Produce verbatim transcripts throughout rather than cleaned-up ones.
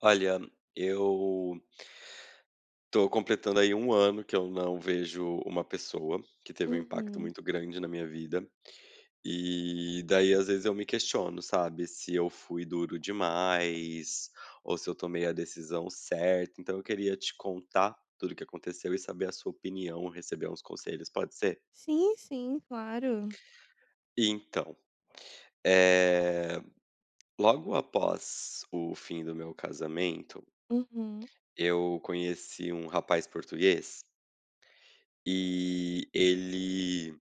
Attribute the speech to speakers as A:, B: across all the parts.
A: Olha, eu tô completando aí um ano que eu não vejo uma pessoa que teve um impacto
B: Uhum.
A: muito grande na minha vida. E daí, às vezes, eu me questiono, sabe, se eu fui duro demais ou se eu tomei a decisão certa. Então, eu queria te contar tudo o que aconteceu e saber a sua opinião, receber uns conselhos, pode ser?
B: Sim, sim, claro.
A: Então, eh, logo após o fim do meu casamento,
B: Uhum.
A: eu conheci um rapaz português. E ele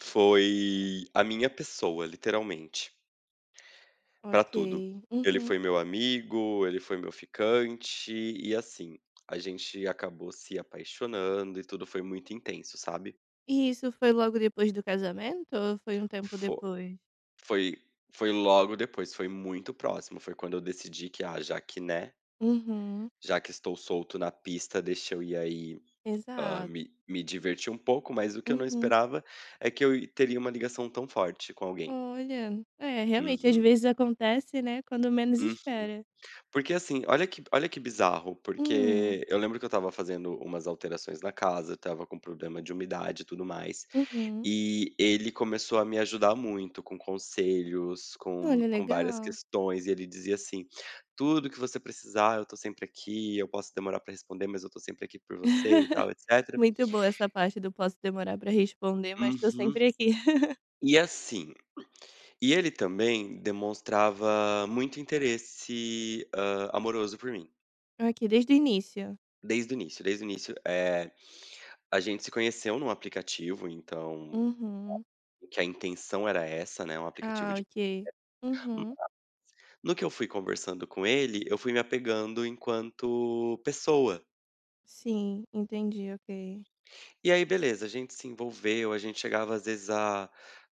A: foi a minha pessoa, literalmente, pra
B: Ok.
A: tudo. Ele
B: Uhum.
A: foi meu amigo, ele foi meu ficante e, assim, a gente acabou se apaixonando e tudo foi muito intenso, sabe.
B: E isso foi logo depois do casamento ou foi um tempo
A: Fo
B: depois?
A: foi foi logo depois, foi muito próximo, foi quando eu decidi que: "Ah, já que, né,
B: Uhum.
A: já que estou solto na pista, deixa eu ir aí, hã,
B: Exato.
A: me me divertir um pouco", mas o que eu não
B: Uhum.
A: esperava é que eu teria uma ligação tão forte com alguém.
B: Olha, é, realmente, às
A: Uhum.
B: vezes acontece, né, quando menos espera.
A: Porque assim, olha que olha que bizarro,
B: Hum.
A: porque eu lembro que eu estava fazendo umas alterações na casa, eu estava com problema de umidade e tudo mais,
B: Uhum.
A: e ele começou a me ajudar muito com conselhos, com,
B: Olha,
A: com várias
B: legal.
A: questões, e ele dizia assim: tudo que você precisar, eu tô sempre aqui, eu posso demorar para responder, mas eu tô sempre aqui por você e tal, etcétera.
B: Muito boa essa parte do posso demorar pra responder, mas tô
A: Uhum.
B: sempre aqui.
A: E assim, e ele também demonstrava muito interesse ah, amoroso por mim.
B: Aqui desde o início.
A: Desde o início, desde o início. eh, A gente se conheceu num aplicativo, então,
B: Uhum.
A: que a intenção era essa, né, um aplicativo
B: Ah,
A: de
B: ok.
A: hum,
B: Uhum.
A: no que eu fui conversando com ele, eu fui me apegando enquanto pessoa.
B: Sim, entendi, ok.
A: E aí beleza, a gente se envolveu, a gente chegava às vezes a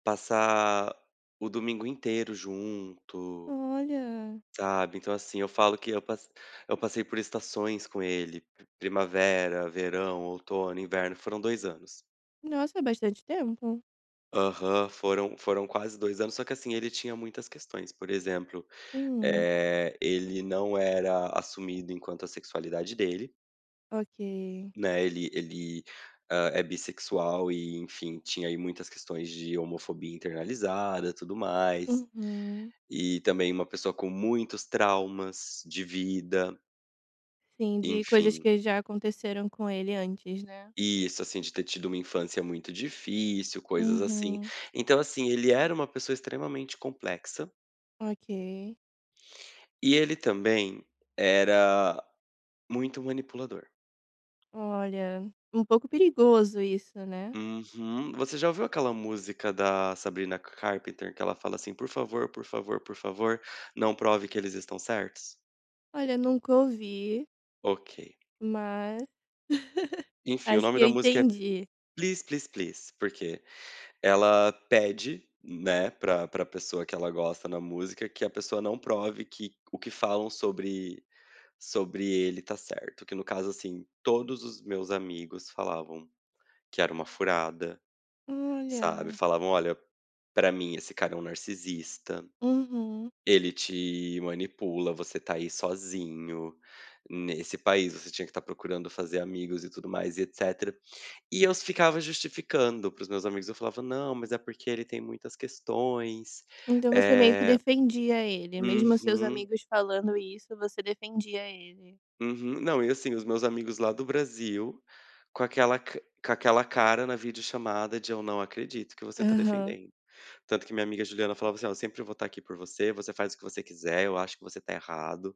A: passar o domingo inteiro junto,
B: Olha,
A: sabe. Então assim, eu falo que eu passe eu passei por estações com ele, pri- primavera, verão, outono, inverno, foram dois anos.
B: nossa, é bastante tempo.
A: Aham, foram foram quase dois anos, só que assim, ele tinha muitas questões, por exemplo.
B: Hum,
A: Eh, ele não era assumido enquanto a sexualidade dele,
B: ok.
A: né, ele ele, hã, é bissexual e enfim, tinha aí muitas questões de homofobia internalizada, tudo mais,
B: Uhum.
A: e também uma pessoa com muitos traumas de vida,
B: Sim, de coisas
A: enfim.
B: que já aconteceram com ele antes, né?
A: Isso, assim, de ter tido uma infância muito difícil, coisas assim.
B: Uhum,
A: Então, assim, ele era uma pessoa extremamente complexa,
B: ok.
A: e ele também era muito manipulador.
B: Olha, um pouco perigoso isso, né?
A: Uhum. Você já ouviu aquela música da Sabrina Carpenter que ela fala assim: "Por favor, por favor, por favor, não prove que eles estão certos"?
B: Olha, nunca ouvi,
A: Ok.
B: mas
A: Enfim, o
B: acho
A: nome
B: que eu
A: da música é
B: entendi.
A: "Please, Please, Please", porque ela pede, né, pra pra pessoa que ela gosta na música, que a pessoa não prove que o que falam sobre sobre ele tá certo, que no caso, assim, todos os meus amigos falavam que era uma furada, sabe,
B: Olha,
A: falavam: "Olha, pra mim esse cara é um narcisista".
B: uhum.
A: Ele te manipula, você tá aí sozinho, nesse país, você tinha que estar procurando fazer amigos e tudo mais e etcétera. E eu ficava justificando para os meus amigos, eu falava: "Não, mas é porque ele tem muitas questões,
B: Então você meio que
A: eh"
B: defendia ele, mesmo seus
A: Uhum,
B: amigos falando isso, você defendia ele.
A: uhum. Não, e assim, os meus amigos lá do Brasil, com aquela ca com aquela cara na videochamada de: "Eu não acredito que você tá
B: Aham.
A: defendendo". Tanto que minha amiga Juliana falava assim: "Ó, eu sempre vou estar aqui por você, você faz o que você quiser, eu acho que você tá errado".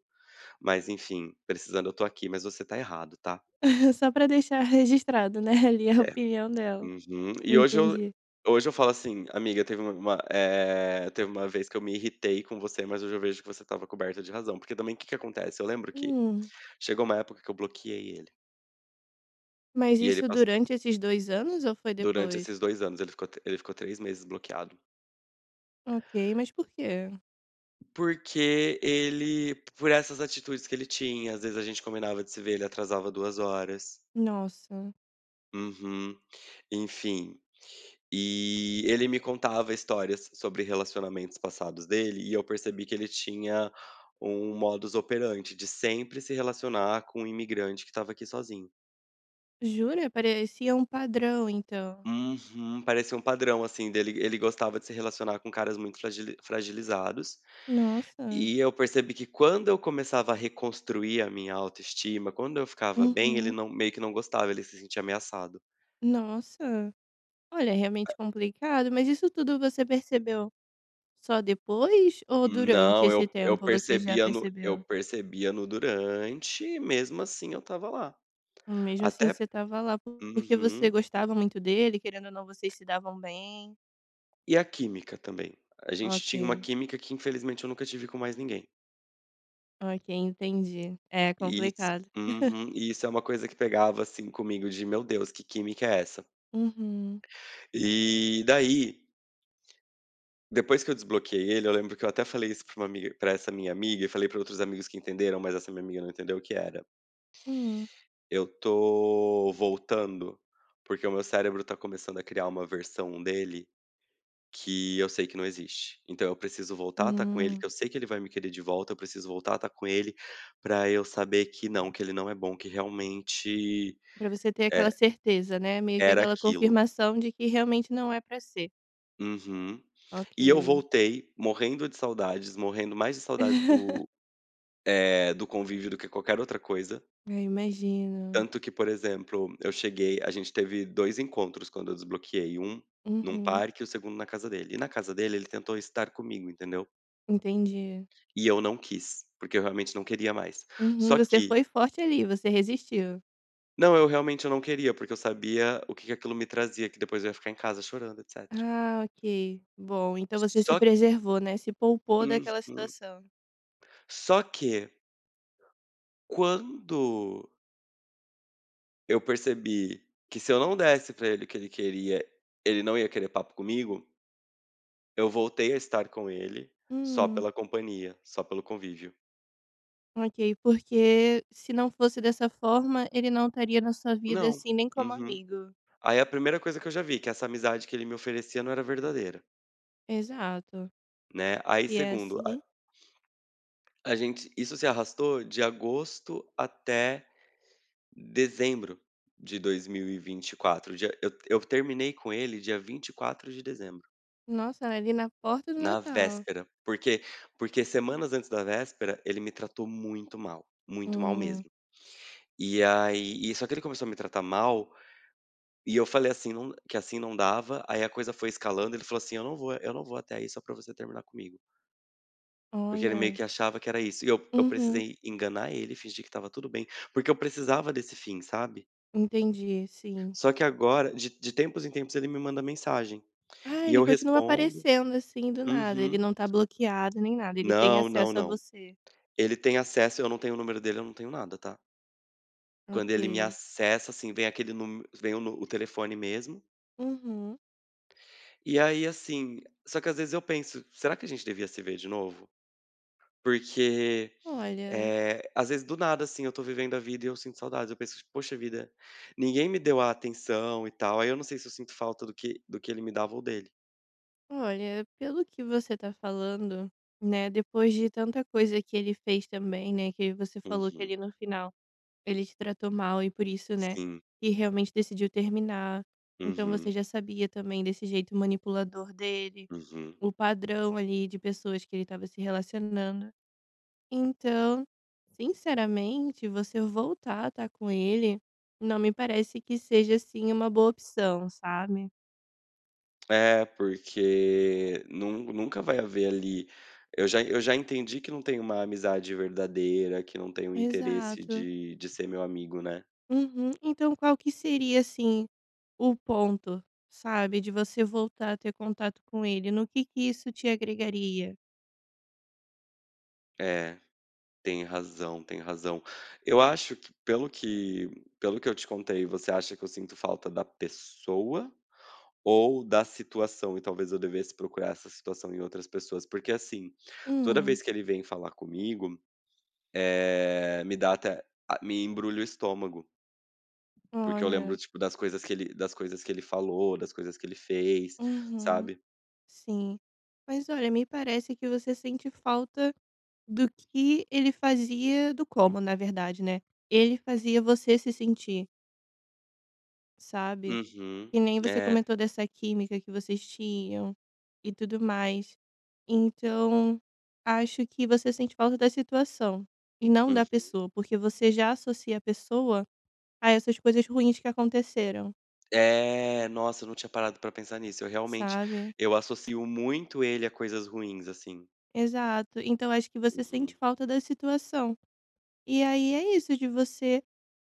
A: Mas enfim, precisando eu tô aqui, mas você tá errado, tá.
B: Só para deixar registrado, né, ali a opinião dela.
A: Uhum. E hoje eu
B: Entendi.
A: hoje eu falo assim: "Amiga, teve uma uma, eh, teve uma vez que eu me irritei com você, mas hoje eu vejo que você estava coberta de razão". Porque também o que que acontece, eu lembro que
B: Hum,
A: chegou uma época que eu bloqueei ele,
B: mas
A: e ele
B: isso
A: passou
B: durante esses dois anos ou foi
A: durante
B: depois?
A: esses dois anos, ele ficou ele ficou três meses bloqueado.
B: Ok, mas por quê?
A: Porque ele por essas atitudes que ele tinha, às vezes a gente combinava de se ver, ele atrasava duas horas.
B: Nossa,
A: Uhum. Enfim, e ele me contava histórias sobre relacionamentos passados dele, e eu percebi que ele tinha um modus operandi de sempre se relacionar com um imigrante que estava aqui sozinho.
B: jura? Parecia um padrão então.
A: Uhum, parecia um padrão, assim, dele. Ele gostava de se relacionar com caras muito fragili- fragilizados.
B: Nossa,
A: E eu percebi que quando eu começava a reconstruir a minha autoestima, quando eu ficava bem, ele
B: uhum,
A: não, meio que não gostava, ele se sentia ameaçado.
B: nossa. Olha, é realmente complicado, mas isso tudo você percebeu só depois ou durante
A: Não, eu,
B: esse
A: eu
B: tempo você já
A: percebia no eu
B: percebeu?
A: percebia no durante, e mesmo assim eu estava lá.
B: Mesmo assim
A: Até
B: você tava lá porque você
A: uhum.
B: gostava muito dele, querendo ou não vocês se davam bem?
A: E a química também. A gente
B: Ok.
A: tinha uma química que infelizmente eu nunca tive com mais ninguém.
B: Ok, entendi. É
A: E isso
B: complicado.
A: uhum. E isso é uma coisa que pegava, assim, comigo de: "Meu Deus, que química é essa?".
B: Uhum,
A: E daí, depois que eu desbloqueei ele, eu lembro que eu até falei isso pra uma amiga pra essa minha amiga e falei pra outros amigos que entenderam, mas essa minha amiga não entendeu o que era.
B: uhum,
A: Eu tô voltando, porque o meu cérebro tá começando a criar uma versão dele que eu sei que não existe. Então eu preciso voltar a estar com ele,
B: hum.
A: que eu sei que ele vai me querer de volta, eu preciso voltar a estar com ele pra eu saber que não, que ele não é bom, que realmente,
B: Pra você ter
A: eh,
B: aquela certeza, né, meio que
A: era
B: aquela
A: aquilo.
B: confirmação de que realmente não é pra ser.
A: Uhum. E eu
B: Ok.
A: voltei morrendo de saudades, morrendo mais de saudades do, eh, do convívio do que qualquer outra coisa.
B: Eu imagino.
A: Tanto que, por exemplo, eu cheguei a gente teve dois encontros quando eu desbloqueei, um num
B: Uhum,
A: parque e o segundo na casa dele. E na casa dele ele tentou estar comigo, entendeu?
B: entendi.
A: E eu não quis, porque eu realmente não queria mais.
B: Uhum,
A: Só
B: você
A: que
B: foi forte ali, você resistiu.
A: não, eu realmente eu não queria, porque eu sabia o que que aquilo me trazia, que depois eu ia ficar em casa chorando, etcétera.
B: Ah, ok. Bom, então você
A: Só
B: se preservou, né, se poupou daquela
A: uhum.
B: situação.
A: Só que quando eu percebi que se eu não desse pra ele o que ele queria, ele não ia querer papo comigo, eu voltei a estar com ele só
B: Hum,
A: pela companhia, só pelo convívio.
B: ok, porque se não fosse dessa forma, ele não estaria na sua vida,
A: Não.
B: assim, nem como
A: Uhum.
B: amigo.
A: Aí a primeira coisa que eu já vi, que essa amizade que ele me oferecia não era verdadeira,
B: Exato.
A: né. Aí
B: Se é
A: segundo
B: assim,
A: a gente isso se arrastou de agosto até dezembro de dois mil e vinte e quatro, dia eu eu terminei com ele dia vinte e quatro de dezembro,
B: nossa, é ali na porta do
A: na
B: Natal.
A: véspera, porque porque semanas antes da véspera ele me tratou muito mal, muito mal
B: Hum,
A: mesmo. E aí e só que ele começou a me tratar mal, e eu falei assim não que assim não dava, aí a coisa foi escalando, ele falou assim: "Eu não vou eu não vou até aí só pra você terminar comigo". Porque ele meio
B: olha.
A: que achava que era isso. E eu eu
B: Uhum,
A: precisei enganar ele, fingir que estava tudo bem, porque eu precisava desse fim, sabe.
B: entendi, sim.
A: Só que agora, de de tempos em tempos, ele me manda mensagem,
B: Ah,
A: e
B: ele
A: eu
B: continua
A: respondo.
B: aparecendo assim do nada. Ele
A: Uhum.
B: não tá bloqueado nem nada. Ele tem
A: Não, não,
B: acesso a
A: não.
B: você.
A: Ele tem acesso, eu não tenho o número dele, eu não tenho nada, tá. Quando ele me
B: Ok.
A: acessa, assim, vem aquele número vem o nu o telefone mesmo,
B: Uhum.
A: e aí, assim só que às vezes eu penso: "Será que a gente devia se ver de novo?". Porque
B: Olha,
A: Eh, às vezes do nada, assim, eu tô vivendo a vida e eu sinto saudades, eu penso: "Poxa vida, ninguém me deu a atenção e tal", aí eu não sei se eu sinto falta do que do que ele me dava ou dele.
B: olha, pelo que você tá falando, né? Depois de tanta coisa que ele fez também, né? Que você falou que
A: Uhum.
B: ali no final ele te tratou mal e por isso, né,
A: Sim.
B: que realmente decidiu terminar. Então você
A: Uhum,
B: já sabia também desse jeito manipulador dele,
A: uhum.
B: o padrão ali de pessoas que ele estava se relacionando. Então, sinceramente, você voltar a estar com ele não me parece que seja assim uma boa opção, sabe?
A: É, porque nun nunca vai haver ali eu já eu já entendi que não tem uma amizade verdadeira, que não tem o interesse
B: Exato.
A: de de ser meu amigo, né.
B: Uhum. Então, qual que seria assim o ponto, sabe, de você voltar a ter contato com ele? No que que isso te agregaria?
A: É, tem razão, tem razão. Eu acho que pelo que pelo que eu te contei, você acha que eu sinto falta da pessoa ou da situação e talvez eu devesse procurar essa situação em outras pessoas, porque assim, toda
B: Hum.
A: vez que ele vem falar comigo, eh, me dá até a me embrulha o estômago, porque eu lembro,
B: Olha,
A: tipo, das coisas que ele das coisas que ele falou, das coisas que ele fez,
B: uhum,
A: sabe.
B: sim. Mas olha, me parece que você sente falta do que ele fazia do como, na verdade, né. Ele fazia você se sentir, sabe.
A: Uhum.
B: Que nem você
A: É.
B: comentou dessa química que vocês tinham e tudo mais. Então, acho que você sente falta da situação e não da
A: Uhum.
B: pessoa, porque você já associa a pessoa a essas coisas ruins que aconteceram,
A: É, nossa, eu não tinha parado pra pensar nisso. Eu realmente
B: sabe.
A: eu associo muito ele a coisas ruins, assim.
B: Exato. Então acho que você
A: Uhum.
B: sente falta da situação. E aí é isso, de você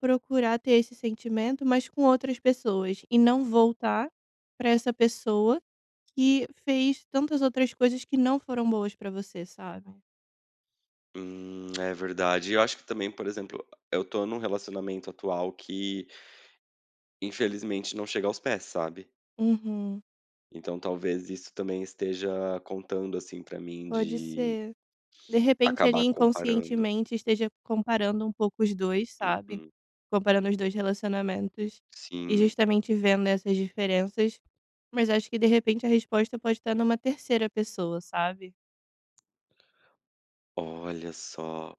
B: procurar ter esse sentimento, mas com outras pessoas, e não voltar para essa pessoa que fez tantas outras coisas que não foram boas para você, sabe.
A: Hum, é verdade. Eu acho que também, por exemplo, eu tô num relacionamento atual que infelizmente não chega aos pés, sabe.
B: Uhum.
A: Então talvez isso também esteja contando, assim, pra mim
B: Pode
A: de
B: ser. De repente, ali,
A: acabar comparando.
B: inconscientemente, esteja comparando um pouco os dois, sabe.
A: Uhum.
B: Comparando os dois relacionamentos e
A: Sim,
B: justamente vendo essas diferenças, mas acho que, de repente, a resposta pode estar numa terceira pessoa, sabe.
A: olha só.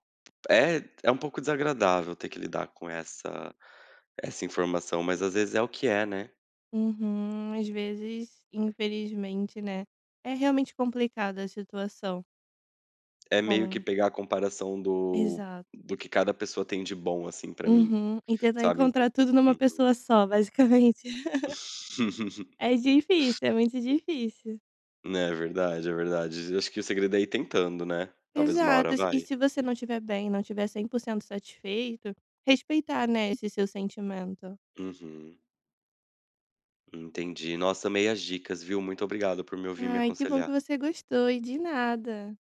A: É é um pouco desagradável ter que lidar com essa essa informação, mas às vezes é o que é, né.
B: Uhum. Às vezes, infelizmente, né, é realmente complicada a situação
A: É meio que
B: com
A: pegar a comparação do
B: exato.
A: do que cada pessoa tem de bom, assim, pra mim,
B: Uhum. E tentar
A: sabe, então
B: encontrar tudo numa
A: uhum.
B: pessoa só, basicamente. É difícil, é muito difícil.
A: É verdade, é verdade. Eu acho que o segredo é ir tentando, né. Talvez uma
B: Exato.
A: hora
B: E se e
A: vai.
B: se você não estiver bem, não estiver cem por cento satisfeito, respeitar, né, esse seu sentimento.
A: Uhum. Entendi. Nossa, meias dicas, viu. Muito obrigado por me ouvir e me
B: Ai, que bom que
A: aconselhar.
B: você gostou e de nada.